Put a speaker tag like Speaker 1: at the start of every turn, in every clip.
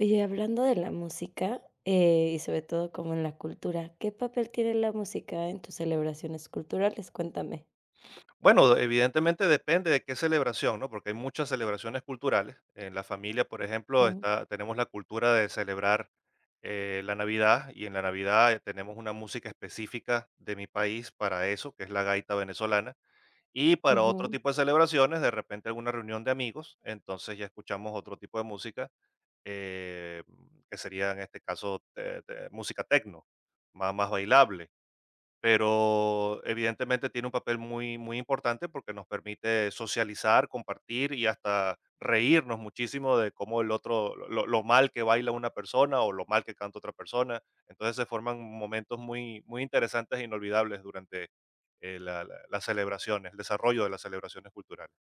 Speaker 1: Oye, hablando de la música, y sobre todo como en la cultura, ¿qué papel tiene la música en tus celebraciones culturales? Cuéntame.
Speaker 2: Bueno, evidentemente depende de qué celebración, ¿no? Porque hay muchas celebraciones culturales. En la familia, por ejemplo,
Speaker 1: Mm.
Speaker 2: está, tenemos la cultura de celebrar la Navidad, y en la Navidad tenemos una música específica de mi país para eso, que es la gaita venezolana. Y para otro
Speaker 1: Ujú.
Speaker 2: tipo de celebraciones, de repente alguna reunión de amigos, entonces ya escuchamos otro tipo de música, eh, que sería en este caso música tecno, más bailable, pero evidentemente tiene un papel muy, muy importante porque nos permite socializar, compartir y hasta reírnos muchísimo de cómo el otro, lo mal que baila una persona o lo mal que canta otra persona. Entonces se forman momentos muy, muy interesantes e inolvidables durante las celebraciones, el desarrollo de las celebraciones culturales.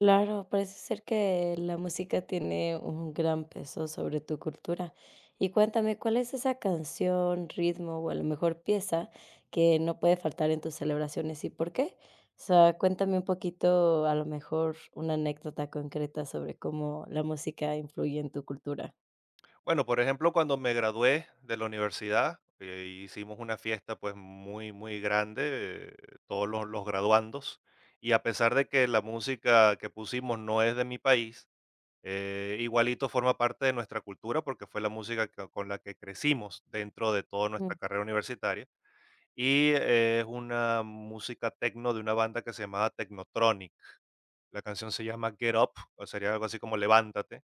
Speaker 1: Claro, parece ser que la música tiene un gran peso sobre tu cultura. Y cuéntame, ¿cuál es esa canción, ritmo o a lo mejor pieza que no puede faltar en tus celebraciones y por qué? O sea, cuéntame un poquito, a lo mejor una anécdota concreta sobre cómo la música influye en tu cultura.
Speaker 2: Bueno, por ejemplo, cuando me gradué de la universidad, hicimos una fiesta, pues, muy, muy grande, todos los graduandos, y a pesar de que la música que pusimos no es de mi país, igualito forma parte de nuestra cultura porque fue la música con la que crecimos dentro de toda
Speaker 1: Mm,
Speaker 2: nuestra carrera universitaria, y es una música tecno de una banda que se llamaba Technotronic. La canción se llama Get Up, o sería algo así como Levántate,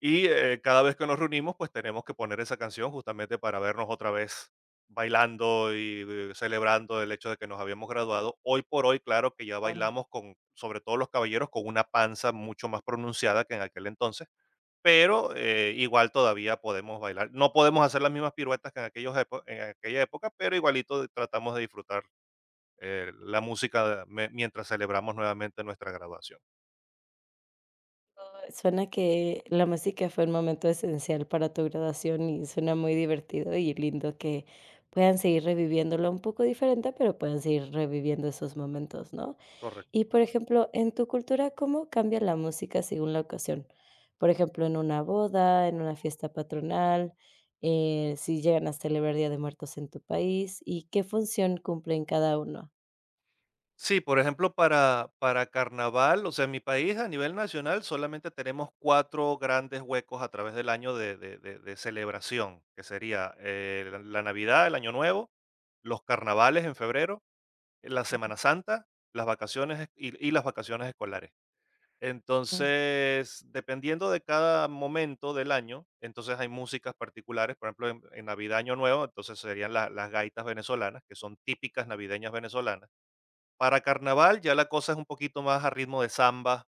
Speaker 2: y, cada vez que nos reunimos, pues tenemos que poner esa canción justamente para vernos otra vez bailando y celebrando el hecho de que nos habíamos graduado. Hoy por hoy, claro que ya
Speaker 1: claro.
Speaker 2: bailamos con, sobre todo los caballeros, con una panza mucho más pronunciada que en aquel entonces, pero, igual todavía podemos bailar. No podemos hacer las mismas piruetas que en aquellos epo en aquella época, pero igualito tratamos de disfrutar la música me mientras celebramos nuevamente nuestra graduación.
Speaker 1: Suena que la música fue un momento esencial para tu graduación y suena muy divertido y lindo que puedan seguir reviviéndolo un poco diferente, pero puedan seguir reviviendo esos momentos, ¿no?
Speaker 2: Correcto.
Speaker 1: Y, por ejemplo, en tu cultura, ¿cómo cambia la música según la ocasión? Por ejemplo, en una boda, en una fiesta patronal, si llegan a celebrar Día de Muertos en tu país, ¿y qué función cumplen cada uno?
Speaker 2: Sí, por ejemplo, para carnaval, o sea, en mi país a nivel nacional solamente tenemos cuatro grandes huecos a través del año de, de celebración, que sería la Navidad, el Año Nuevo, los carnavales en febrero, la Semana Santa, y las vacaciones escolares.
Speaker 1: Mm.
Speaker 2: Entonces, dependiendo de cada momento del año, entonces hay músicas particulares, por ejemplo, en Navidad, Año Nuevo, entonces serían las gaitas venezolanas, que son típicas navideñas venezolanas. Para carnaval, ya la cosa es un poquito más a ritmo de samba,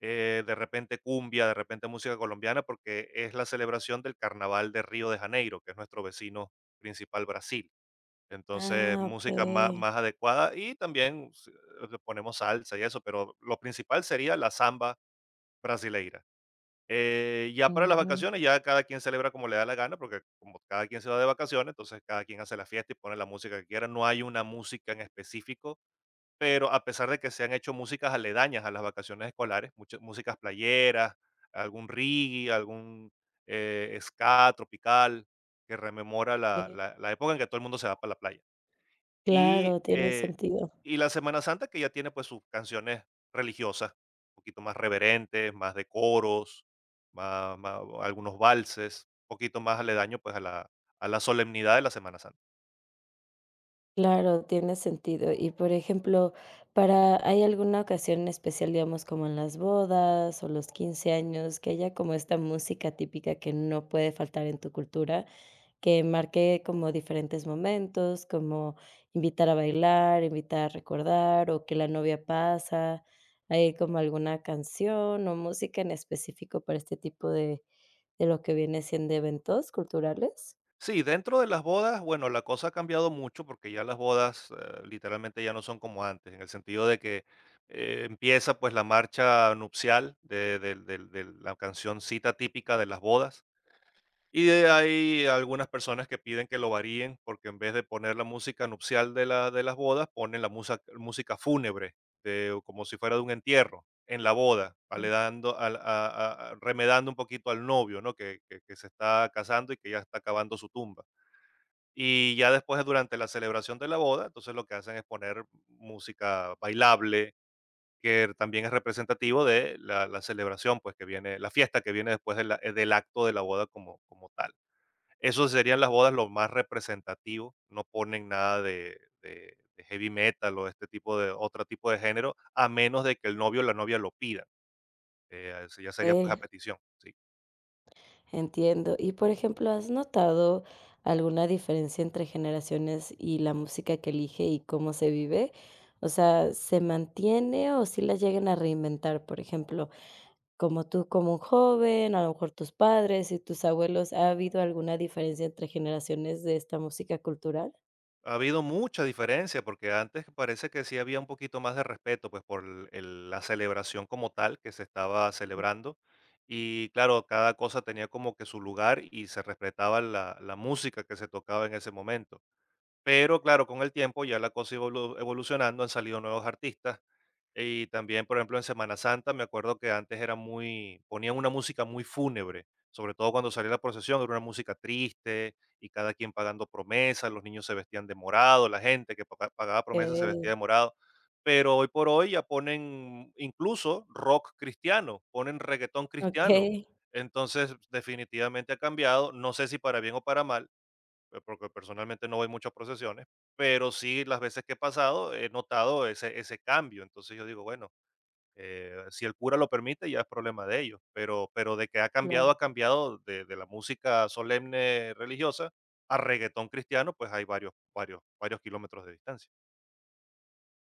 Speaker 2: de repente cumbia, de repente música colombiana, porque es la celebración del carnaval de Río de Janeiro, que es nuestro vecino principal, Brasil. Entonces,
Speaker 1: Ah, okey.
Speaker 2: más adecuada, y también le ponemos salsa y eso, pero lo principal sería la samba brasileira. Ya para las
Speaker 1: Ujú.
Speaker 2: vacaciones, ya cada quien celebra como le da la gana, porque como cada quien se va de vacaciones, entonces cada quien hace la fiesta y pone la música que quiera. No hay una música en específico, pero a pesar de que se han hecho músicas aledañas a las vacaciones escolares, muchas músicas playeras, algún reggae, algún, ska tropical, que rememora la
Speaker 1: Tiene-
Speaker 2: la la época en que todo el mundo se va para la playa. Y,
Speaker 1: Claro, tiene
Speaker 2: eh,
Speaker 1: sentido.
Speaker 2: y la Semana Santa, que ya tiene, pues, sus canciones religiosas, un poquito más reverentes, más de coros, más má algunos valses, un poquito más aledaño, pues, a la solemnidad de la Semana Santa.
Speaker 1: Claro, tiene sentido. Y por ejemplo, para ¿hay alguna ocasión en especial, digamos, como en las bodas o los 15 años, que haya como esta música típica que no puede faltar en tu cultura, que marque como diferentes momentos, como invitar a bailar, invitar a recordar, o que la novia pasa? ¿Hay como alguna canción o música en específico para este tipo de lo que viene siendo eventos culturales?
Speaker 2: Sí, dentro de las bodas, bueno, la cosa ha cambiado mucho porque ya las bodas, literalmente, ya no son como antes, en el sentido de que empieza, pues, la marcha nupcial de, de la cancioncita típica de las bodas, y de
Speaker 1: Ujú.
Speaker 2: ahí algunas personas que piden que lo varíen porque, en vez de poner la música nupcial de, la, de las bodas, ponen la música fúnebre, de, como si fuera de un entierro en la boda, aledando, al- a- remedando un poquito al novio, ¿no?, que se está casando y que ya está acabando su tumba. Y ya después, durante la celebración de la boda, entonces lo que hacen es poner música bailable, que también es representativo de la celebración, pues que viene, la fiesta que viene después de del acto de la boda como, como tal. Eso serían las bodas, lo más representativo. No ponen nada de, de heavy metal o este tipo de otro tipo de género, a menos de que el novio o la novia lo pidan. Eso ya sería, pues, a
Speaker 1: Ok.
Speaker 2: petición. Sí.
Speaker 1: Entiendo. Y, por ejemplo, ¿has notado alguna diferencia entre generaciones y la música que elige y cómo se vive? O sea, ¿se mantiene o si la llegan a reinventar? Por ejemplo, como tú, como un joven, a lo mejor tus padres y tus abuelos, ¿ha habido alguna diferencia entre generaciones de esta música cultural?
Speaker 2: Ha habido mucha diferencia, porque antes parece que sí había un poquito más de respeto, pues, por el la celebración como tal que se estaba celebrando. Y claro, cada cosa tenía como que su lugar y se respetaba la música que se tocaba en ese momento. Pero claro, con el tiempo ya la cosa ha evolucionando, han salido nuevos artistas. Y también, por ejemplo, en Semana Santa, me acuerdo que antes era muy, ponían una música muy fúnebre, sobre todo cuando salía la procesión, era una música triste y cada quien pagando promesas, los niños se vestían de morado, la gente que pagaba promesas se vestía de
Speaker 1: Okey,
Speaker 2: morado. Pero hoy por hoy ya ponen incluso rock cristiano, ponen reggaetón cristiano.
Speaker 1: okey,
Speaker 2: Entonces, definitivamente ha cambiado, no sé si para bien o para mal, porque personalmente no voy mucho a procesiones, pero sí, las veces que he pasado he notado ese cambio. Entonces yo digo, bueno, si el cura lo permite, ya es problema de ellos, pero de que
Speaker 1: claro.
Speaker 2: ha cambiado de la música solemne religiosa a reggaetón cristiano, pues hay varios, varios, varios kilómetros de distancia.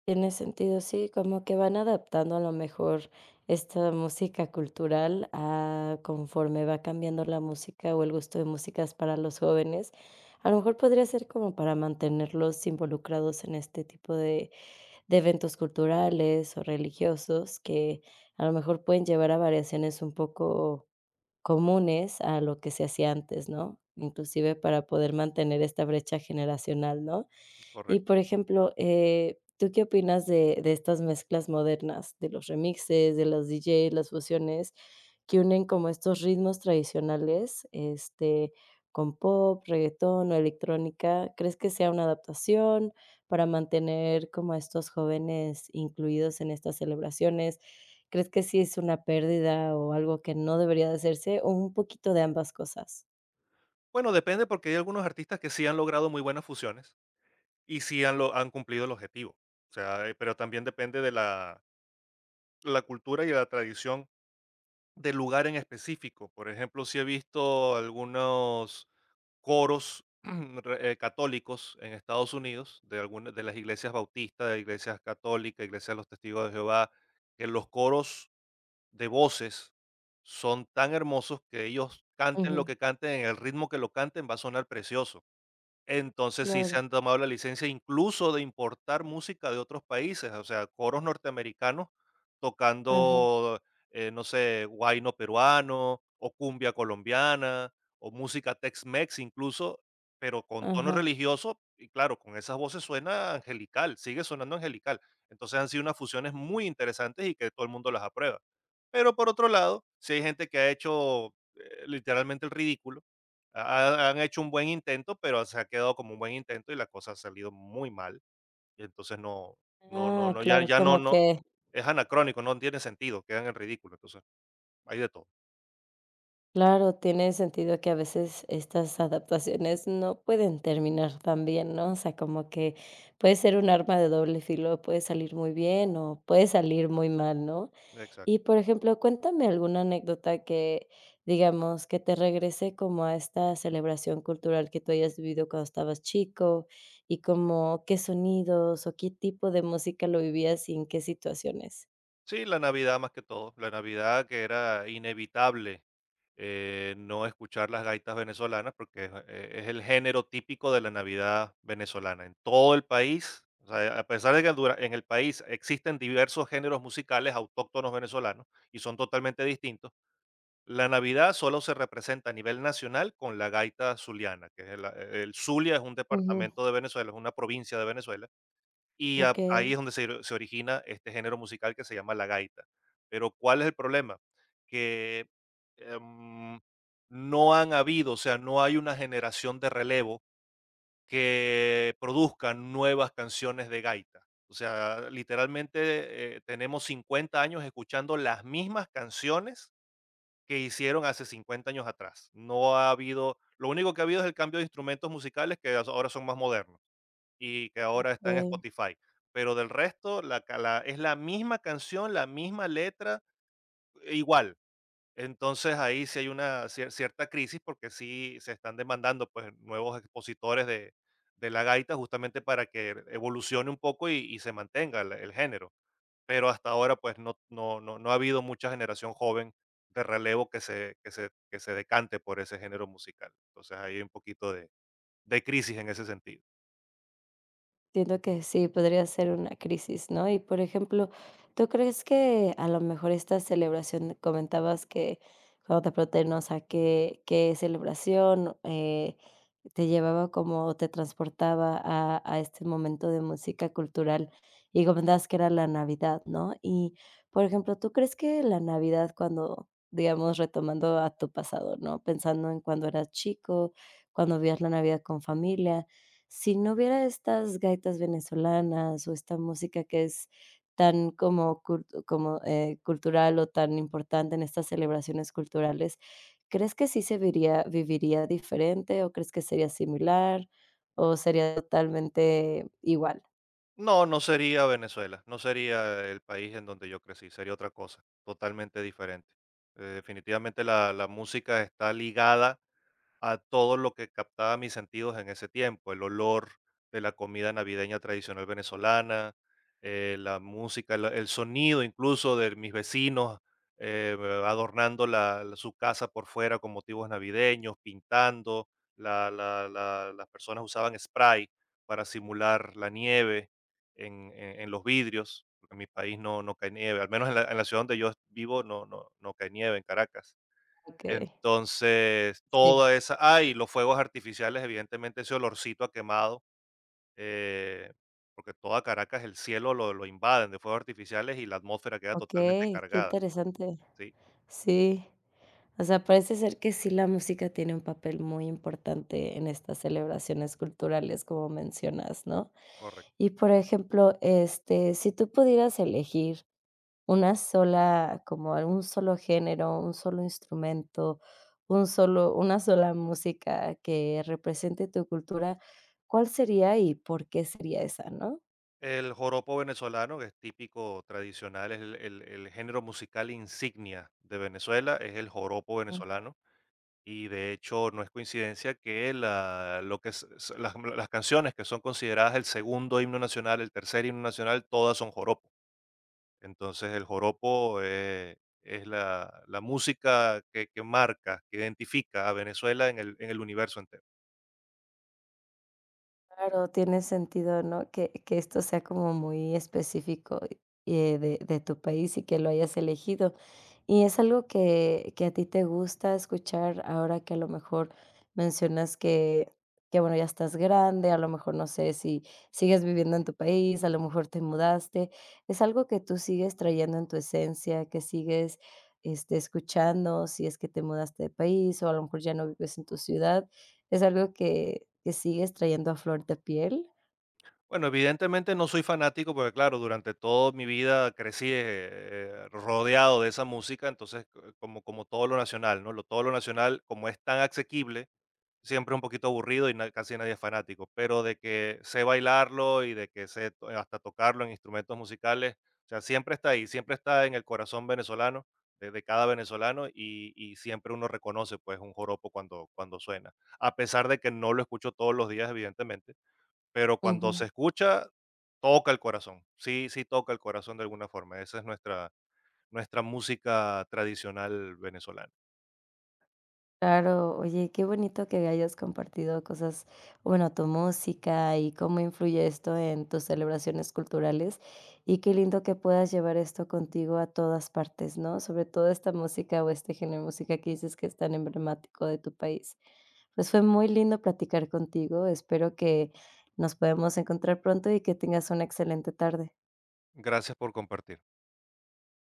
Speaker 1: Tiene sentido, sí, como que van adaptando a lo mejor esta música cultural a conforme va cambiando la música o el gusto de músicas para los jóvenes. A lo mejor podría ser como para mantenerlos involucrados en este tipo de eventos culturales o religiosos que a lo mejor pueden llevar a variaciones un poco comunes a lo que se hacía antes, ¿no? Inclusive para poder mantener esta brecha generacional, ¿no? Y,
Speaker 2: Correcto.
Speaker 1: por ejemplo, ¿tú qué opinas de estas mezclas modernas, de los remixes, de los DJs, las fusiones que unen como estos ritmos tradicionales, este, con pop, reguetón o electrónica? ¿Crees que sea una adaptación para mantener como a estos jóvenes incluidos en estas celebraciones? ¿Crees que sí es una pérdida o algo que no debería de hacerse, o un poquito de ambas cosas?
Speaker 2: Bueno, depende, porque hay algunos artistas que sí han logrado muy buenas fusiones y sí han, lo, han cumplido el objetivo. O sea, pero también depende de la cultura y de la tradición de lugar en específico. Por ejemplo, sí he visto algunos coros católicos en Estados Unidos, de algunas de las iglesias bautistas, de iglesias católicas, iglesias de los testigos de Jehová, que los coros de voces son tan hermosos que ellos canten lo
Speaker 1: Ujú,
Speaker 2: que canten, en el ritmo que lo canten va a sonar precioso. Entonces sí se
Speaker 1: claro.
Speaker 2: han tomado la licencia incluso de importar música de otros países, o sea, coros norteamericanos
Speaker 1: Ajá,
Speaker 2: tocando, no sé, guayno peruano o cumbia colombiana o música Tex-Mex incluso, pero con tono
Speaker 1: ajá.
Speaker 2: religioso y, claro, con esas voces suena angelical, sigue sonando angelical. Entonces han sido unas fusiones muy interesantes y que todo el mundo las aprueba. Pero por otro lado, sí hay gente que ha hecho, literalmente, el ridículo, ha han hecho un buen intento, pero se ha quedado como un buen intento y la cosa ha salido muy mal, y entonces no no no
Speaker 1: Ah,
Speaker 2: no, ya
Speaker 1: claro,
Speaker 2: ya no
Speaker 1: como
Speaker 2: no
Speaker 1: que
Speaker 2: es anacrónico, no tiene sentido, quedan en ridículo, entonces hay de todo.
Speaker 1: Claro, tiene sentido que a veces estas adaptaciones no pueden terminar tan bien, ¿no? O sea, como que puede ser un arma de doble filo, puede salir muy bien o puede salir muy mal, ¿no? Y,
Speaker 2: Exacto.
Speaker 1: por ejemplo, cuéntame alguna anécdota que, digamos, que te regrese como a esta celebración cultural que tú hayas vivido cuando estabas chico y como qué sonidos o qué tipo de música lo vivías y en qué situaciones.
Speaker 2: Sí, la Navidad más que todo, la Navidad que era inevitable, no escuchar las gaitas venezolanas porque es el género típico de la Navidad venezolana en todo el país. O sea, a pesar de en el país existen diversos géneros musicales autóctonos venezolanos y son totalmente distintos, la Navidad solo se representa a nivel nacional con la gaita zuliana, que es el Zulia es un
Speaker 1: Ujú.
Speaker 2: departamento de Venezuela, es una provincia de Venezuela, y
Speaker 1: Ok,
Speaker 2: ahí es donde se origina este género musical que se llama la gaita. Pero ¿cuál es el problema? Que em, no han habido, o sea, no hay una generación de relevo que produzca nuevas canciones de gaita. O sea, literalmente, tenemos 50 años escuchando las mismas canciones que hicieron hace 50 años atrás. No ha habido, lo único que ha habido es el cambio de instrumentos musicales, que ahora son más modernos y que ahora está en
Speaker 1: ok.
Speaker 2: Spotify. Pero del resto, la ca la es la misma canción, la misma letra, e igual. Entonces, ahí sí hay una cierta crisis, porque sí se están demandando, pues, nuevos expositores de la gaita, justamente para que evolucione un poco y se mantenga el género. Pero hasta ahora, pues, no ha habido mucha generación joven de relevo que se decante por ese género musical. Entonces, ahí hay un poquito de crisis en ese sentido.
Speaker 1: Entiendo que sí, podría ser una crisis, ¿no? Y, por ejemplo, ¿tú crees que a lo mejor esta celebración, comentabas que cuando te pregunté, ¿no? O sea, ¿qué, qué celebración te llevaba como, te transportaba a este momento de música cultural? Y comentabas que era la Navidad, ¿no? Y, por ejemplo, ¿tú crees que la Navidad cuando, digamos, retomando a tu pasado, ¿no? Pensando en cuando eras chico, cuando vivías la Navidad con familia. Si no hubiera estas gaitas venezolanas o esta música que es tan como cultu como, cultural o tan importante en estas celebraciones culturales, ¿crees que sí se viría viviría diferente o crees que sería similar o sería totalmente igual?
Speaker 2: No, no sería Venezuela, no sería el país en donde yo crecí, sería otra cosa, totalmente diferente. Definitivamente la música está ligada a todo lo que captaba mis sentidos en ese tiempo, el olor de la comida navideña tradicional venezolana, la música, el sonido incluso de mis vecinos eh, adornando su casa por fuera con motivos navideños, pintando, las personas usaban spray para simular la nieve en, en los vidrios, porque en mi país no, no cae nieve, al menos en en la ciudad donde yo vivo no, no, no cae nieve, en Caracas,
Speaker 1: Okey.
Speaker 2: entonces,
Speaker 1: Sí.
Speaker 2: toda esa ah, y los fuegos artificiales, evidentemente, ese olorcito a quemado, eh, porque toda Caracas, el cielo lo invaden de fuegos artificiales y la atmósfera queda totalmente
Speaker 1: Okey, qué
Speaker 2: cargada.
Speaker 1: interesante.
Speaker 2: Sí,
Speaker 1: Sí, o sea, parece ser que sí la música tiene un papel muy importante en estas celebraciones culturales, como mencionas, ¿no?
Speaker 2: correcto.
Speaker 1: Y, por ejemplo, este, si tú pudieras elegir una sola, como un solo género, un solo instrumento, un solo una sola música que represente tu cultura, ¿cuál sería y por qué sería esa, no?
Speaker 2: El joropo venezolano, que es típico, tradicional, es el género musical insignia de Venezuela, es el joropo venezolano, y de hecho, no es coincidencia que la lo que es s las canciones que son consideradas el segundo himno nacional, el tercer himno nacional, todas son joropo. Entonces el joropo, es la música que marca, que identifica a Venezuela en el universo entero.
Speaker 1: Claro, tiene sentido, ¿no? Que esto sea como muy específico de tu país y que lo hayas elegido. Y es algo que a ti te gusta escuchar ahora que a lo mejor mencionas que, bueno, ya estás grande, a lo mejor no sé si sigues viviendo en tu país, a lo mejor te mudaste. Es algo que tú sigues trayendo en tu esencia, que sigues este, escuchando si es que te mudaste de país o a lo mejor ya no vives en tu ciudad es algo que sigues trayendo a flor de piel.
Speaker 2: Bueno, evidentemente no soy fanático porque, claro, durante toda mi vida crecí, rodeado de esa música, entonces como, como todo lo nacional, ¿no? Lo, todo lo nacional, como es tan asequible, siempre un poquito aburrido y casi nadie es fanático, pero de que sé bailarlo y de que hasta tocarlo en instrumentos musicales, o sea, siempre está ahí, siempre está en el corazón venezolano, de cada venezolano, y siempre uno reconoce, pues, un joropo cuando, cuando suena, a pesar de que no lo escucho todos los días, evidentemente, pero cuando se
Speaker 1: Ujú.
Speaker 2: escucha, toca el corazón. Sí, sí toca el corazón de alguna forma. Esa es nuestra, nuestra música tradicional venezolana.
Speaker 1: Claro, oye, qué bonito que hayas compartido cosas, bueno, tu música y cómo influye esto en tus celebraciones culturales, y qué lindo que puedas llevar esto contigo a todas partes, ¿no? Sobre todo esta música o este género de música que dices que es tan emblemático de tu país. Pues, fue muy lindo platicar contigo, espero que nos podamos encontrar pronto y que tengas una excelente tarde.
Speaker 2: Gracias por compartir.